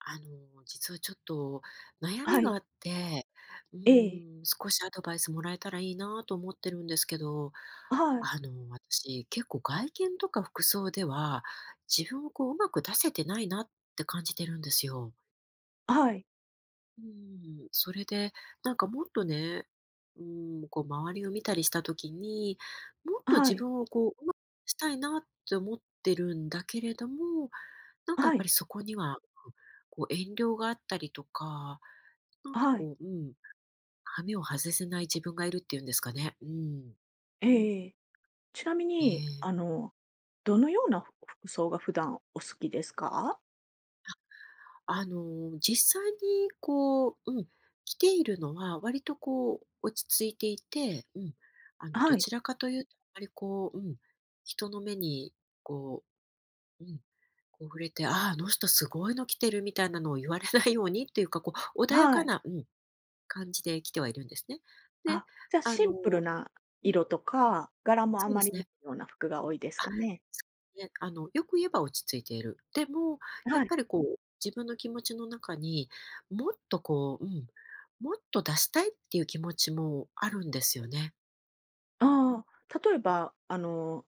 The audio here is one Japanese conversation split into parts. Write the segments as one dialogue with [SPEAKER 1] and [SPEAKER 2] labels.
[SPEAKER 1] 実はちょっと悩
[SPEAKER 2] は
[SPEAKER 1] みが
[SPEAKER 2] い。
[SPEAKER 1] あって、うー
[SPEAKER 2] ええ。
[SPEAKER 1] ん、少しアドバイスもらえたらいいなと思ってるんですけど、
[SPEAKER 2] はい。
[SPEAKER 1] 私、結構外見とか服装では、自分をこう、うまく出せてないなって感じてるんですよ。
[SPEAKER 2] はい。
[SPEAKER 1] うん、それで、なんかもっとね、うん、こう、周りを見たりした時に、もっと
[SPEAKER 2] は
[SPEAKER 1] 自
[SPEAKER 2] い。
[SPEAKER 1] 分をこう、うまくしたいなって思ってるんだけれども、なんかや
[SPEAKER 2] は
[SPEAKER 1] っぱ
[SPEAKER 2] い。
[SPEAKER 1] りそこには、うん、こう遠慮があったりとか、なんか
[SPEAKER 2] はい。
[SPEAKER 1] こう、うん、はめを外せない自分がいるっていうんですかね。うん。
[SPEAKER 2] ええ、ちなみ
[SPEAKER 1] え
[SPEAKER 2] に、
[SPEAKER 1] え。
[SPEAKER 2] どのような服装が普段お好きですか？
[SPEAKER 1] 実際にこう、うん、来ているのは割とこう落ち着いていて、うん、ど
[SPEAKER 2] はい。
[SPEAKER 1] ちらかというと、あまりこう、うん、人の目にこう、うん、こう触れて、ああ、あの人すごいの来てるみたいなのを言われないようにっていうか、こう、穏や
[SPEAKER 2] は
[SPEAKER 1] か
[SPEAKER 2] い。
[SPEAKER 1] な、うん、感じで来てはいるんですね。で、
[SPEAKER 2] あ、じゃ、
[SPEAKER 1] あ
[SPEAKER 2] シンプル
[SPEAKER 1] の
[SPEAKER 2] な色とか、柄もあ
[SPEAKER 1] そうで
[SPEAKER 2] まり
[SPEAKER 1] す
[SPEAKER 2] ない
[SPEAKER 1] ね。
[SPEAKER 2] ような服が多いです
[SPEAKER 1] あ、
[SPEAKER 2] かね？
[SPEAKER 1] ね、よく言えば落ち着いている。でも、や
[SPEAKER 2] は
[SPEAKER 1] っ
[SPEAKER 2] い。
[SPEAKER 1] ぱりこう、自分の気持ちの中に、もっとこう、うん、もっと出したいっていう気持ちもあるんですよね。
[SPEAKER 2] ああ、例えば、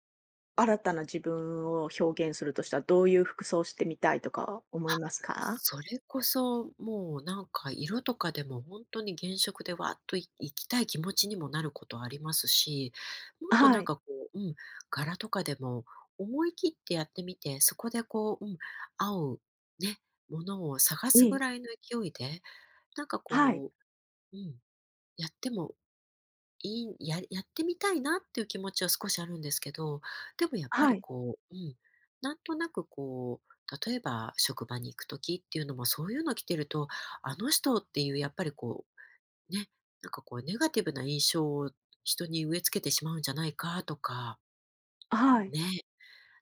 [SPEAKER 2] 新たな自分を表現するとしたら、どういう服装してみたいとか思い
[SPEAKER 1] あ、
[SPEAKER 2] ますか？
[SPEAKER 1] それこそ、もうなんか色とかでも本当に原色でわーっといいきたい気持ちにもなることありますし、もっと
[SPEAKER 2] は
[SPEAKER 1] なん
[SPEAKER 2] い。
[SPEAKER 1] かこう、うん、柄とかでも思い切ってやってみて、そこでこう、うん、合うね、ものを探
[SPEAKER 2] え
[SPEAKER 1] すぐ
[SPEAKER 2] え。
[SPEAKER 1] らいの勢いでなんか
[SPEAKER 2] はい。
[SPEAKER 1] こう、うん、やってもいいややってみたいなっていう気持ちは少しあるんですけど、でもやっぱ
[SPEAKER 2] は
[SPEAKER 1] り
[SPEAKER 2] い。
[SPEAKER 1] こう、うん、なんとなくこう、例えば職場に行く時っていうのもそういうの着てると、あの人っていうやっぱりこう、ね、なんかこうネガティブな印象を人に植え付けてしまうんじゃないかとか、
[SPEAKER 2] はい。
[SPEAKER 1] ね、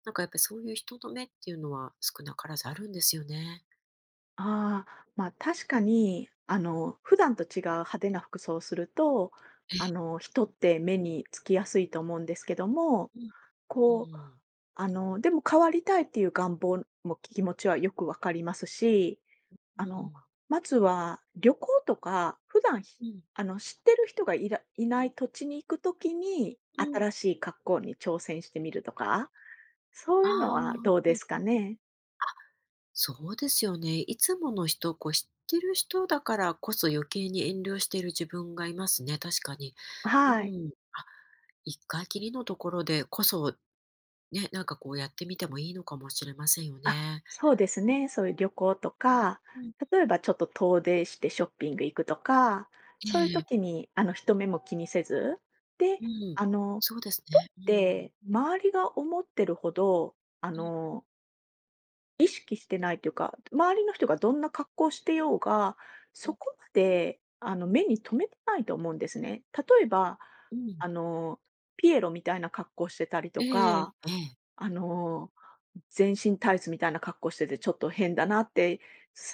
[SPEAKER 1] なんかやっぱりそういう人の目っていうのは少なからずあるんですよね。
[SPEAKER 2] ああ、まあ、確かに、普段と違う派手な服装をすると、人って目につきやすいと思うんですけども、
[SPEAKER 1] うん、う
[SPEAKER 2] こう、
[SPEAKER 1] ん、
[SPEAKER 2] でも変わりたいっていう願望も気持ちはよくわかりますし、
[SPEAKER 1] う
[SPEAKER 2] あの、
[SPEAKER 1] ん、
[SPEAKER 2] まずは旅行とか、普段ひ
[SPEAKER 1] うん、
[SPEAKER 2] 知ってる人がいない土地に行くときに、
[SPEAKER 1] うん。
[SPEAKER 2] 新しい格好に挑戦してみるとか、そういうの
[SPEAKER 1] ああ、
[SPEAKER 2] はどう
[SPEAKER 1] う
[SPEAKER 2] ですか
[SPEAKER 1] ん。
[SPEAKER 2] ね？
[SPEAKER 1] そうですよね。いつもの人、こう知ってる人だからこそ余計に遠慮している自分がいますね、確かに。う
[SPEAKER 2] はい。
[SPEAKER 1] ん。あ、一回きりのところでこそ、ね、なんかこうやってみてもいいのかもしれませんよ
[SPEAKER 2] あ、
[SPEAKER 1] ね。
[SPEAKER 2] そうです
[SPEAKER 1] うん
[SPEAKER 2] ね。そういう旅行とか、
[SPEAKER 1] うん、
[SPEAKER 2] 例えばちょっと遠出してショッピング行くとか、そういう
[SPEAKER 1] ええ、
[SPEAKER 2] 時にあの人目も気にせず、で、
[SPEAKER 1] うん。
[SPEAKER 2] あの、
[SPEAKER 1] そうです
[SPEAKER 2] 人
[SPEAKER 1] ね。
[SPEAKER 2] っ
[SPEAKER 1] うん。
[SPEAKER 2] て周りが思ってるほど、あ
[SPEAKER 1] うん
[SPEAKER 2] の、意識してないというか、周りの人がどんな格好をしてようが、
[SPEAKER 1] う
[SPEAKER 2] そ
[SPEAKER 1] ん、
[SPEAKER 2] こまであの目に留めてないと思うんですね。例えば、
[SPEAKER 1] うん。
[SPEAKER 2] あの、ピエロみたいな格好してたりと
[SPEAKER 1] ええ
[SPEAKER 2] か、
[SPEAKER 1] ええ。
[SPEAKER 2] あの全身タイツみたいな格好しててちょっと変だなって、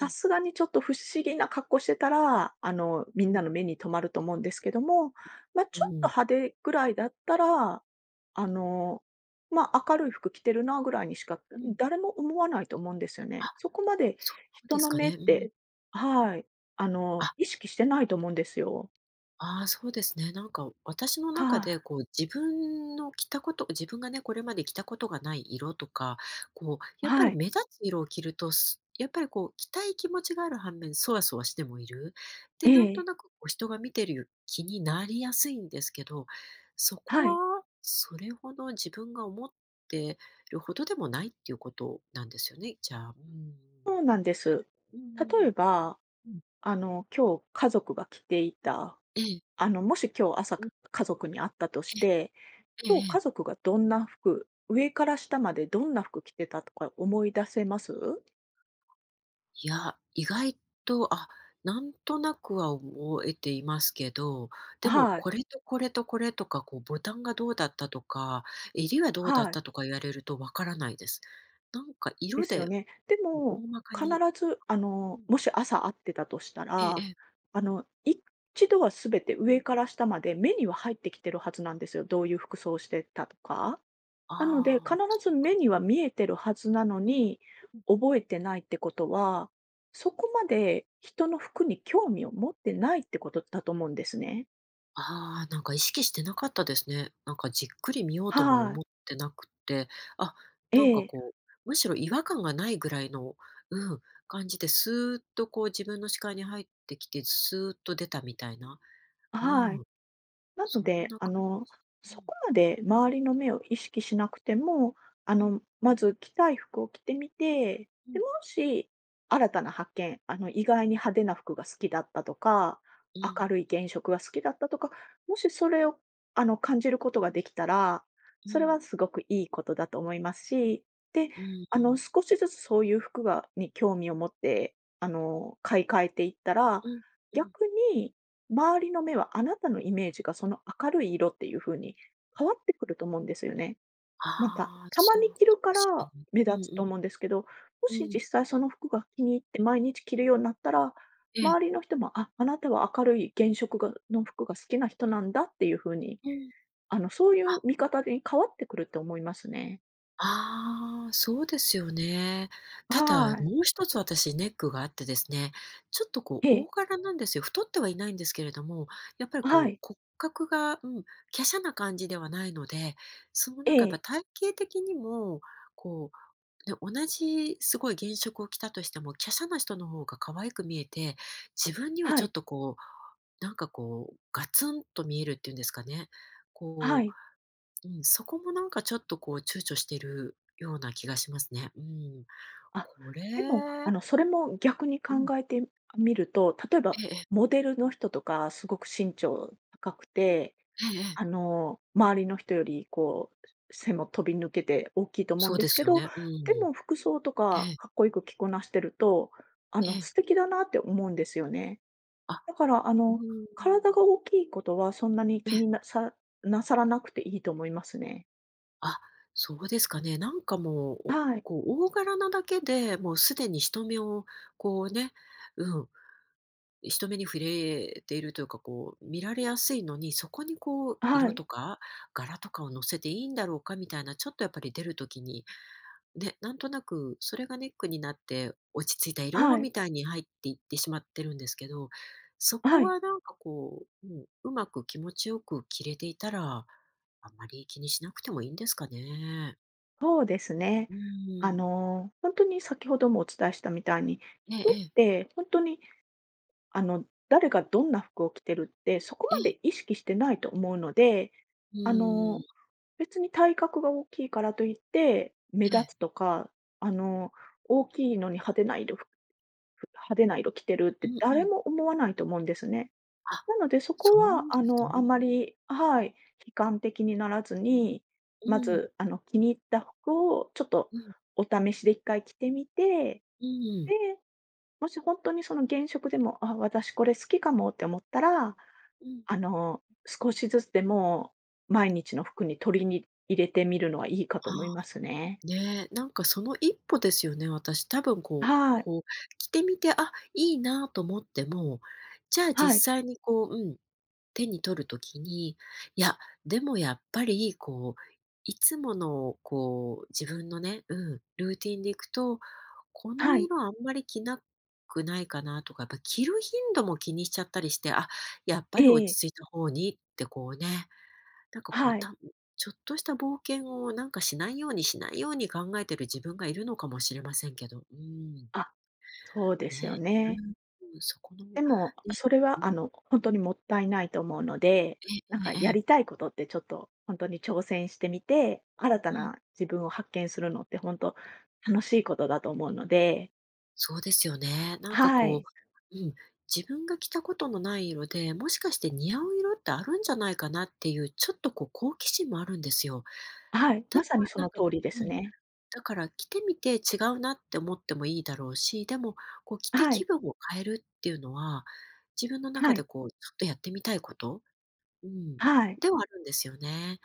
[SPEAKER 1] ええ。
[SPEAKER 2] すがにちょっと不思議な格好してたら、みん
[SPEAKER 1] うん
[SPEAKER 2] なの目に留まると思うんですけども、まあ、
[SPEAKER 1] う
[SPEAKER 2] ち
[SPEAKER 1] ん
[SPEAKER 2] ょっ
[SPEAKER 1] うんう
[SPEAKER 2] と
[SPEAKER 1] ん
[SPEAKER 2] 派手ぐらいだったら、あの、まあ、明るい服着てるなぐらいにしか、
[SPEAKER 1] ええええうん。
[SPEAKER 2] 誰も思わないと思うんですよ
[SPEAKER 1] あ、
[SPEAKER 2] ね。そこまで
[SPEAKER 1] そうで
[SPEAKER 2] 人
[SPEAKER 1] す
[SPEAKER 2] の
[SPEAKER 1] か
[SPEAKER 2] 目っ
[SPEAKER 1] ね。うん。
[SPEAKER 2] て、はい、
[SPEAKER 1] あ、
[SPEAKER 2] 意識してないと思うんですよ。
[SPEAKER 1] ああ、そうですね。なんか私の
[SPEAKER 2] は
[SPEAKER 1] 中で、
[SPEAKER 2] い。
[SPEAKER 1] こう自分の着たこと、自分がね、これまで着たことがない色とか、こう、やっぱ
[SPEAKER 2] は
[SPEAKER 1] り
[SPEAKER 2] い。
[SPEAKER 1] 目立つ色を着ると、やっぱりこう着たい気持ちがある反面、そわそわしてもいる。
[SPEAKER 2] え
[SPEAKER 1] で、なんと
[SPEAKER 2] え。
[SPEAKER 1] なくこう人が見てるよ気になりやすいんですけど、そこ
[SPEAKER 2] はい。
[SPEAKER 1] はそれほど自分が思ってるほどでもないっていうことなんですよね、じゃあ。うん。
[SPEAKER 2] そうなんです。
[SPEAKER 1] うんう
[SPEAKER 2] 例え
[SPEAKER 1] ん。
[SPEAKER 2] ば
[SPEAKER 1] うん。
[SPEAKER 2] 今日家族が着ていた、
[SPEAKER 1] ええ。
[SPEAKER 2] もし今日朝
[SPEAKER 1] うん、ええ
[SPEAKER 2] 家族に会ったとして、
[SPEAKER 1] ええ
[SPEAKER 2] 今
[SPEAKER 1] え
[SPEAKER 2] 日家
[SPEAKER 1] え。
[SPEAKER 2] 族がどんな服、上から下までどんな服着てたとか思い出せます
[SPEAKER 1] いや、意外と、あ、なんとなくは覚えていますけど、でも
[SPEAKER 2] はい、
[SPEAKER 1] これとこれとこれとか、こうボタンがどうだったとか、襟はどうだっ
[SPEAKER 2] はい。
[SPEAKER 1] たとか言われるとわからないです。なんか
[SPEAKER 2] で
[SPEAKER 1] 色
[SPEAKER 2] すよ
[SPEAKER 1] で、
[SPEAKER 2] ね。で
[SPEAKER 1] 大
[SPEAKER 2] も、
[SPEAKER 1] まか
[SPEAKER 2] 必
[SPEAKER 1] に、
[SPEAKER 2] ず、
[SPEAKER 1] うん、
[SPEAKER 2] もし朝会ってたとした
[SPEAKER 1] えええ
[SPEAKER 2] ら、
[SPEAKER 1] え、うん、
[SPEAKER 2] 一度はすべて上から下まで目には入ってきてるはずなんですよ。どういう服装してたとか。
[SPEAKER 1] あ
[SPEAKER 2] なので、必
[SPEAKER 1] あ、そ
[SPEAKER 2] ず
[SPEAKER 1] うか、
[SPEAKER 2] 目には見えてるはずなの
[SPEAKER 1] うん。
[SPEAKER 2] に、覚えてないってことは、そこまで人の服に興味を持ってないってことだと思うんですね。
[SPEAKER 1] ああ、なんか意識してなかったですね。なんかじっくり見ようとも
[SPEAKER 2] はい。
[SPEAKER 1] 思ってなくて、あ、
[SPEAKER 2] え
[SPEAKER 1] なんか
[SPEAKER 2] え、
[SPEAKER 1] こう、むしろ違和感がないぐらいの、うん、感じで、スーッとこう自分の視界に入ってきて、スーッと出たみたいな。
[SPEAKER 2] は
[SPEAKER 1] う
[SPEAKER 2] い。
[SPEAKER 1] ん、
[SPEAKER 2] なの
[SPEAKER 1] そん
[SPEAKER 2] で、
[SPEAKER 1] な感じ。う
[SPEAKER 2] そ
[SPEAKER 1] ん、
[SPEAKER 2] こまで周りの目を意識しなくても、
[SPEAKER 1] うん、
[SPEAKER 2] まず着たい服を着てみて、
[SPEAKER 1] う
[SPEAKER 2] で、
[SPEAKER 1] ん、
[SPEAKER 2] もし、新たな発見、意外に派手な服が好きだったとか、
[SPEAKER 1] う
[SPEAKER 2] 明
[SPEAKER 1] ん、
[SPEAKER 2] るい原色が好きだったとか、もしそれを、感じることができたら、
[SPEAKER 1] う
[SPEAKER 2] それ
[SPEAKER 1] ん、
[SPEAKER 2] はすごくいいことだと思いますし、で、
[SPEAKER 1] うん、うん、
[SPEAKER 2] 少しずつそういう服がに興味を持って、買い替えていったら、
[SPEAKER 1] うん、
[SPEAKER 2] 逆に周りの目はあなたのイメージがその明るい色っていう風に変わってくると思うんですよね。
[SPEAKER 1] あ
[SPEAKER 2] なんか、
[SPEAKER 1] あ、
[SPEAKER 2] たま
[SPEAKER 1] そうか
[SPEAKER 2] に着る
[SPEAKER 1] も
[SPEAKER 2] か
[SPEAKER 1] しれ
[SPEAKER 2] ら
[SPEAKER 1] ない。
[SPEAKER 2] 目立つ
[SPEAKER 1] う
[SPEAKER 2] と思うん
[SPEAKER 1] ん
[SPEAKER 2] ですけど、も
[SPEAKER 1] うん、
[SPEAKER 2] し
[SPEAKER 1] うん。
[SPEAKER 2] 実際その服が気に入って毎日着るようになったら、
[SPEAKER 1] ええ、
[SPEAKER 2] 周りの人も、あ、あなたは明るい原色がの服が好きな人なんだっていう風に、
[SPEAKER 1] うん。
[SPEAKER 2] そういう
[SPEAKER 1] あ
[SPEAKER 2] 見方に変わってくると思いますね。
[SPEAKER 1] ああ、そうですよね。ただ、
[SPEAKER 2] はい。
[SPEAKER 1] もう一つ私ネックがあってですね、ちょっとこ
[SPEAKER 2] え
[SPEAKER 1] う
[SPEAKER 2] え。
[SPEAKER 1] 大柄なんですよ。太ってはいないんですけれども、やっぱりこ
[SPEAKER 2] は
[SPEAKER 1] う
[SPEAKER 2] い。
[SPEAKER 1] 骨格が、うん、華奢な感じではないので、その
[SPEAKER 2] え
[SPEAKER 1] なんかやっぱ
[SPEAKER 2] え。
[SPEAKER 1] 体型的にも、こう、ね、同じすごい原色を着たとしても、華奢な人の方が可愛く見えて、自分には
[SPEAKER 2] は
[SPEAKER 1] ちょっ
[SPEAKER 2] い。
[SPEAKER 1] とこう、なんかこう、ガツンと見えるっていうんですかね。
[SPEAKER 2] は
[SPEAKER 1] こう
[SPEAKER 2] い。
[SPEAKER 1] うん、そこもなんかちょっとこう躊躇してるような気がしますね。うん。
[SPEAKER 2] あ、
[SPEAKER 1] こ
[SPEAKER 2] でも、
[SPEAKER 1] れ
[SPEAKER 2] それも逆に考
[SPEAKER 1] うん。
[SPEAKER 2] えてみると、例えば
[SPEAKER 1] ええええ。
[SPEAKER 2] モデルの人とかすごく身長高くて、
[SPEAKER 1] ええ
[SPEAKER 2] 周りの人よりこう、背も飛び抜けて大きいと思う
[SPEAKER 1] そ
[SPEAKER 2] ん
[SPEAKER 1] う
[SPEAKER 2] で
[SPEAKER 1] で
[SPEAKER 2] す
[SPEAKER 1] す
[SPEAKER 2] け
[SPEAKER 1] よ
[SPEAKER 2] ど、
[SPEAKER 1] ね。う
[SPEAKER 2] で
[SPEAKER 1] ん。
[SPEAKER 2] も服装とか
[SPEAKER 1] ええ、
[SPEAKER 2] かっこよく着こなしてると、
[SPEAKER 1] ええ。
[SPEAKER 2] 素敵だなって思うんですよね。
[SPEAKER 1] あ、
[SPEAKER 2] だから、
[SPEAKER 1] うー
[SPEAKER 2] 体
[SPEAKER 1] ん。
[SPEAKER 2] が大きいことはそんなに
[SPEAKER 1] え
[SPEAKER 2] 気
[SPEAKER 1] え。
[SPEAKER 2] になさなさらなくていいと思いますね。
[SPEAKER 1] あ、そうですかね。なんかもう、お
[SPEAKER 2] はい。
[SPEAKER 1] こう大柄なだけで、もうすでに人目をこうね、うん、人目に触れているというか、こう見られやすいのに、そこにこう
[SPEAKER 2] は
[SPEAKER 1] 色
[SPEAKER 2] い。
[SPEAKER 1] とか柄とかを乗せていいんだろうかみたいな、ちょっとやっぱり出る時にね、なんとなくそれがネックになって落ち着いた色
[SPEAKER 2] はい。
[SPEAKER 1] みたいに入っていってしまってるんですけど、そ
[SPEAKER 2] は
[SPEAKER 1] こ
[SPEAKER 2] い。
[SPEAKER 1] はなんかこう、うん、うまく気持ちよく着れていたら、あんまり気にしなくてもいいんですかね。
[SPEAKER 2] そうですね。
[SPEAKER 1] うーん。
[SPEAKER 2] 本当に先ほどもお伝えしたみたいに、
[SPEAKER 1] ええ
[SPEAKER 2] 人
[SPEAKER 1] え
[SPEAKER 2] っ
[SPEAKER 1] え、
[SPEAKER 2] て本当に、誰がどんな服を着てるって、そこ
[SPEAKER 1] え
[SPEAKER 2] ま
[SPEAKER 1] え、
[SPEAKER 2] で意識してないと思うので、
[SPEAKER 1] う
[SPEAKER 2] あ
[SPEAKER 1] ん、
[SPEAKER 2] の、
[SPEAKER 1] え
[SPEAKER 2] 別に体格が大きいからといって、目
[SPEAKER 1] え、
[SPEAKER 2] 立つとか、あの、大きいのに派手な色ふ派手な色着てるっ
[SPEAKER 1] う
[SPEAKER 2] て
[SPEAKER 1] んう
[SPEAKER 2] 誰
[SPEAKER 1] ん。
[SPEAKER 2] も思わないと思うんですね。
[SPEAKER 1] あ、
[SPEAKER 2] なので、そこ
[SPEAKER 1] そうなん
[SPEAKER 2] は
[SPEAKER 1] ですか。
[SPEAKER 2] あまり、はい、悲観的にならずに、
[SPEAKER 1] う
[SPEAKER 2] ま
[SPEAKER 1] ん、うん、
[SPEAKER 2] ず、気に入った服をちょっと
[SPEAKER 1] うん、
[SPEAKER 2] お試しで一回着てみて、
[SPEAKER 1] うん、
[SPEAKER 2] で、もし本当にその現職でも、あ、私これ好きかもって思ったら、
[SPEAKER 1] うん。
[SPEAKER 2] 少しずつでも毎日の服に取りに入れてみるのはいいか
[SPEAKER 1] あ
[SPEAKER 2] と思いま
[SPEAKER 1] あ。
[SPEAKER 2] すね。
[SPEAKER 1] ねえ、なんかその一歩ですよね、私。多分こう
[SPEAKER 2] はい。
[SPEAKER 1] こう着てみて、あ、いいなと思っても、じゃあ
[SPEAKER 2] は
[SPEAKER 1] 実
[SPEAKER 2] い。
[SPEAKER 1] 際にこう、うん、手に取るときに、いや、でもやっぱりこう、いつものこう自分のね、うん、ルーティンでいくと、この
[SPEAKER 2] はい。
[SPEAKER 1] 色あんまり着なくないかなとか、やっぱ着る頻度も気にしちゃったりして、あ、やっぱ
[SPEAKER 2] え
[SPEAKER 1] り落
[SPEAKER 2] え。
[SPEAKER 1] ち着いた方にってこうねなんかこう、
[SPEAKER 2] はい。
[SPEAKER 1] ちょっとした冒険をなんかしないようにしないように考えてる自分がいるのかもしれませんけど、うん、
[SPEAKER 2] あ、そうで
[SPEAKER 1] ね、
[SPEAKER 2] すよ
[SPEAKER 1] う
[SPEAKER 2] ね。
[SPEAKER 1] ん、うん、そこの、ね、
[SPEAKER 2] でも、それ
[SPEAKER 1] う
[SPEAKER 2] は、
[SPEAKER 1] ん、
[SPEAKER 2] 本当にもったいないと思うので、なんか
[SPEAKER 1] ええ
[SPEAKER 2] や
[SPEAKER 1] ええ、
[SPEAKER 2] りたいことってちょっと本当に挑戦してみて、新た
[SPEAKER 1] うん、
[SPEAKER 2] な自分を発見するのって本当楽しいことだと思うので、
[SPEAKER 1] そうですよね。なんか
[SPEAKER 2] は
[SPEAKER 1] こ
[SPEAKER 2] い。
[SPEAKER 1] う、うん、自分が着たことのない色で、もしかして似合う色ってあるんじゃないかなっていう、ちょっとこう好奇心もあるんですよ。
[SPEAKER 2] はい、
[SPEAKER 1] た
[SPEAKER 2] ま
[SPEAKER 1] だ、
[SPEAKER 2] さにそ
[SPEAKER 1] なん
[SPEAKER 2] の
[SPEAKER 1] か
[SPEAKER 2] 通りで
[SPEAKER 1] う
[SPEAKER 2] す
[SPEAKER 1] ん。
[SPEAKER 2] ね。
[SPEAKER 1] だから着てみて違うなって思ってもいいだろうし、でも、こう着て
[SPEAKER 2] は
[SPEAKER 1] 気
[SPEAKER 2] い、
[SPEAKER 1] 分を変えるっていうのは、自分の
[SPEAKER 2] は
[SPEAKER 1] 中で
[SPEAKER 2] い、
[SPEAKER 1] こうちょっとやってみたいこと、うん、
[SPEAKER 2] はい。
[SPEAKER 1] ではあるんですよね。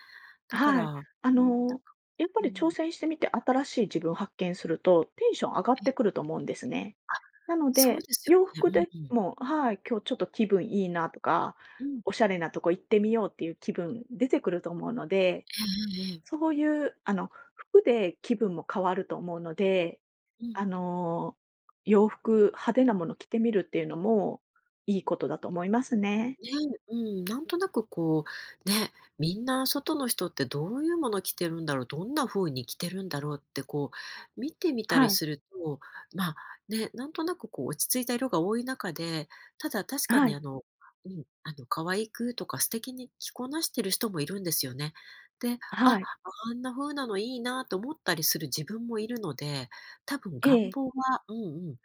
[SPEAKER 1] だから、
[SPEAKER 2] はい。
[SPEAKER 1] なんか、
[SPEAKER 2] あの、やっぱ
[SPEAKER 1] う
[SPEAKER 2] り挑
[SPEAKER 1] ん、
[SPEAKER 2] 戦してみて新しい自分を発見すると、テンション上がってくると思うんですね。なの
[SPEAKER 1] そう
[SPEAKER 2] で、
[SPEAKER 1] ですよ
[SPEAKER 2] 洋服
[SPEAKER 1] ね。
[SPEAKER 2] で
[SPEAKER 1] うんうん。
[SPEAKER 2] も、はい、今日ちょっと気分いいなとか、
[SPEAKER 1] うん、
[SPEAKER 2] おしゃれなとこ行ってみようっていう気分出てくると思うので、
[SPEAKER 1] ええええ。
[SPEAKER 2] そういう、服で気分も変わると思うので、
[SPEAKER 1] う
[SPEAKER 2] あ
[SPEAKER 1] ん。
[SPEAKER 2] の、洋服派手なもの着てみるっていうのもいいことだと思いますね。
[SPEAKER 1] ね、うん、なんとなくこう、ね、みんな外の人ってどういうもの着てるんだろう、どんな風に着てるんだろうってこう、見てみたり
[SPEAKER 2] はい。
[SPEAKER 1] すると、まあ、ね、なんとなくこう落ち着いた色が多い中で、ただ確か
[SPEAKER 2] は
[SPEAKER 1] に
[SPEAKER 2] い。
[SPEAKER 1] うん、可愛くとか素敵に着こなしてる人もいるんですよね。で、
[SPEAKER 2] は
[SPEAKER 1] あ、
[SPEAKER 2] い。
[SPEAKER 1] あんな風なのいいなと思ったりする自分もいるので、多分
[SPEAKER 2] え
[SPEAKER 1] 願
[SPEAKER 2] え。
[SPEAKER 1] 望はうんうん、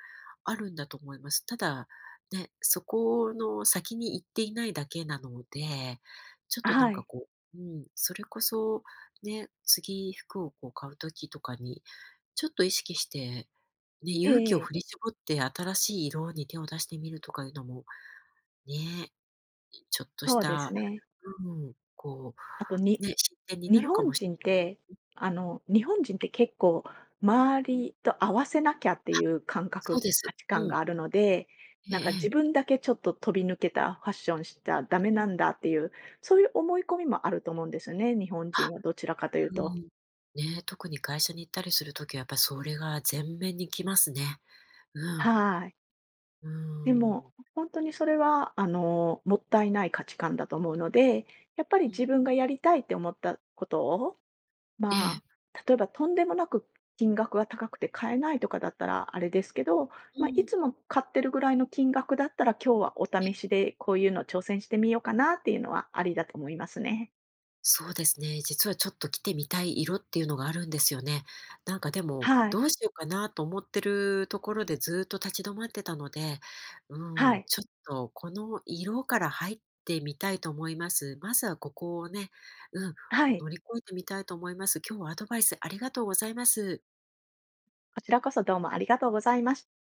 [SPEAKER 1] あるんだと思います。ただね、そこの先に行っていないだけなので、ちょっとな
[SPEAKER 2] は
[SPEAKER 1] んか
[SPEAKER 2] い。
[SPEAKER 1] こう、うん、それこそね、次服をこう買う時とかに、ちょっと意識して、ね、
[SPEAKER 2] え
[SPEAKER 1] 勇気を
[SPEAKER 2] え。
[SPEAKER 1] 振り絞って新しい色に手を出してみるとかいうのも、ね、ちょっとし
[SPEAKER 2] そうです
[SPEAKER 1] た、
[SPEAKER 2] ね。
[SPEAKER 1] うん、こ
[SPEAKER 2] あと
[SPEAKER 1] う、
[SPEAKER 2] に
[SPEAKER 1] ね、進展にな
[SPEAKER 2] 日
[SPEAKER 1] るか
[SPEAKER 2] 本
[SPEAKER 1] もしれ
[SPEAKER 2] 人
[SPEAKER 1] な
[SPEAKER 2] っ
[SPEAKER 1] い
[SPEAKER 2] て、日本人って結構周りと合わせなきゃっていう感
[SPEAKER 1] そう
[SPEAKER 2] 覚、
[SPEAKER 1] です。
[SPEAKER 2] 価値観
[SPEAKER 1] うん。
[SPEAKER 2] があるので、なん
[SPEAKER 1] えええ
[SPEAKER 2] か自
[SPEAKER 1] え。
[SPEAKER 2] 分だけちょっと飛び抜けたファッションしたらダメ
[SPEAKER 1] うん。
[SPEAKER 2] なんだっていう、そういう思い込みもあると思うんですよね、日本
[SPEAKER 1] あ、
[SPEAKER 2] 人はどちらかという
[SPEAKER 1] う
[SPEAKER 2] と。
[SPEAKER 1] ん。ね、特に会社に行ったりするときはやっぱりそれが前面に来ますね。うん。
[SPEAKER 2] はい。
[SPEAKER 1] う
[SPEAKER 2] で
[SPEAKER 1] ー
[SPEAKER 2] も、
[SPEAKER 1] ん。
[SPEAKER 2] 本当にそれは、もったいない価値観だと思うので、やっぱり
[SPEAKER 1] うん。
[SPEAKER 2] 自分がやりたいって思ったことを、
[SPEAKER 1] え
[SPEAKER 2] ま
[SPEAKER 1] え。
[SPEAKER 2] あ、例えばとんでもなく金額が高くて買えないとかだったらあれですけど、
[SPEAKER 1] う
[SPEAKER 2] まあ、い
[SPEAKER 1] ん。
[SPEAKER 2] つも買ってるぐらいの金額だったら、今日はお試しでこういうの挑戦してみようかなっていうのはありだと思いますね。
[SPEAKER 1] そうですね。実はちょっと着てみたい色っていうのがあるんですよね。なんかでも、
[SPEAKER 2] はい。
[SPEAKER 1] どうしようかなと思ってるところでずっと立ち止まってたので、う
[SPEAKER 2] は
[SPEAKER 1] ん、
[SPEAKER 2] い。
[SPEAKER 1] ちょっとこの色から入ってみたいと思います。まずはここをね、うん、
[SPEAKER 2] はい。
[SPEAKER 1] 乗り越えてみたいと思います。今日はアドバイスありがとうございます。
[SPEAKER 2] こちらこそどうもありがとうございました。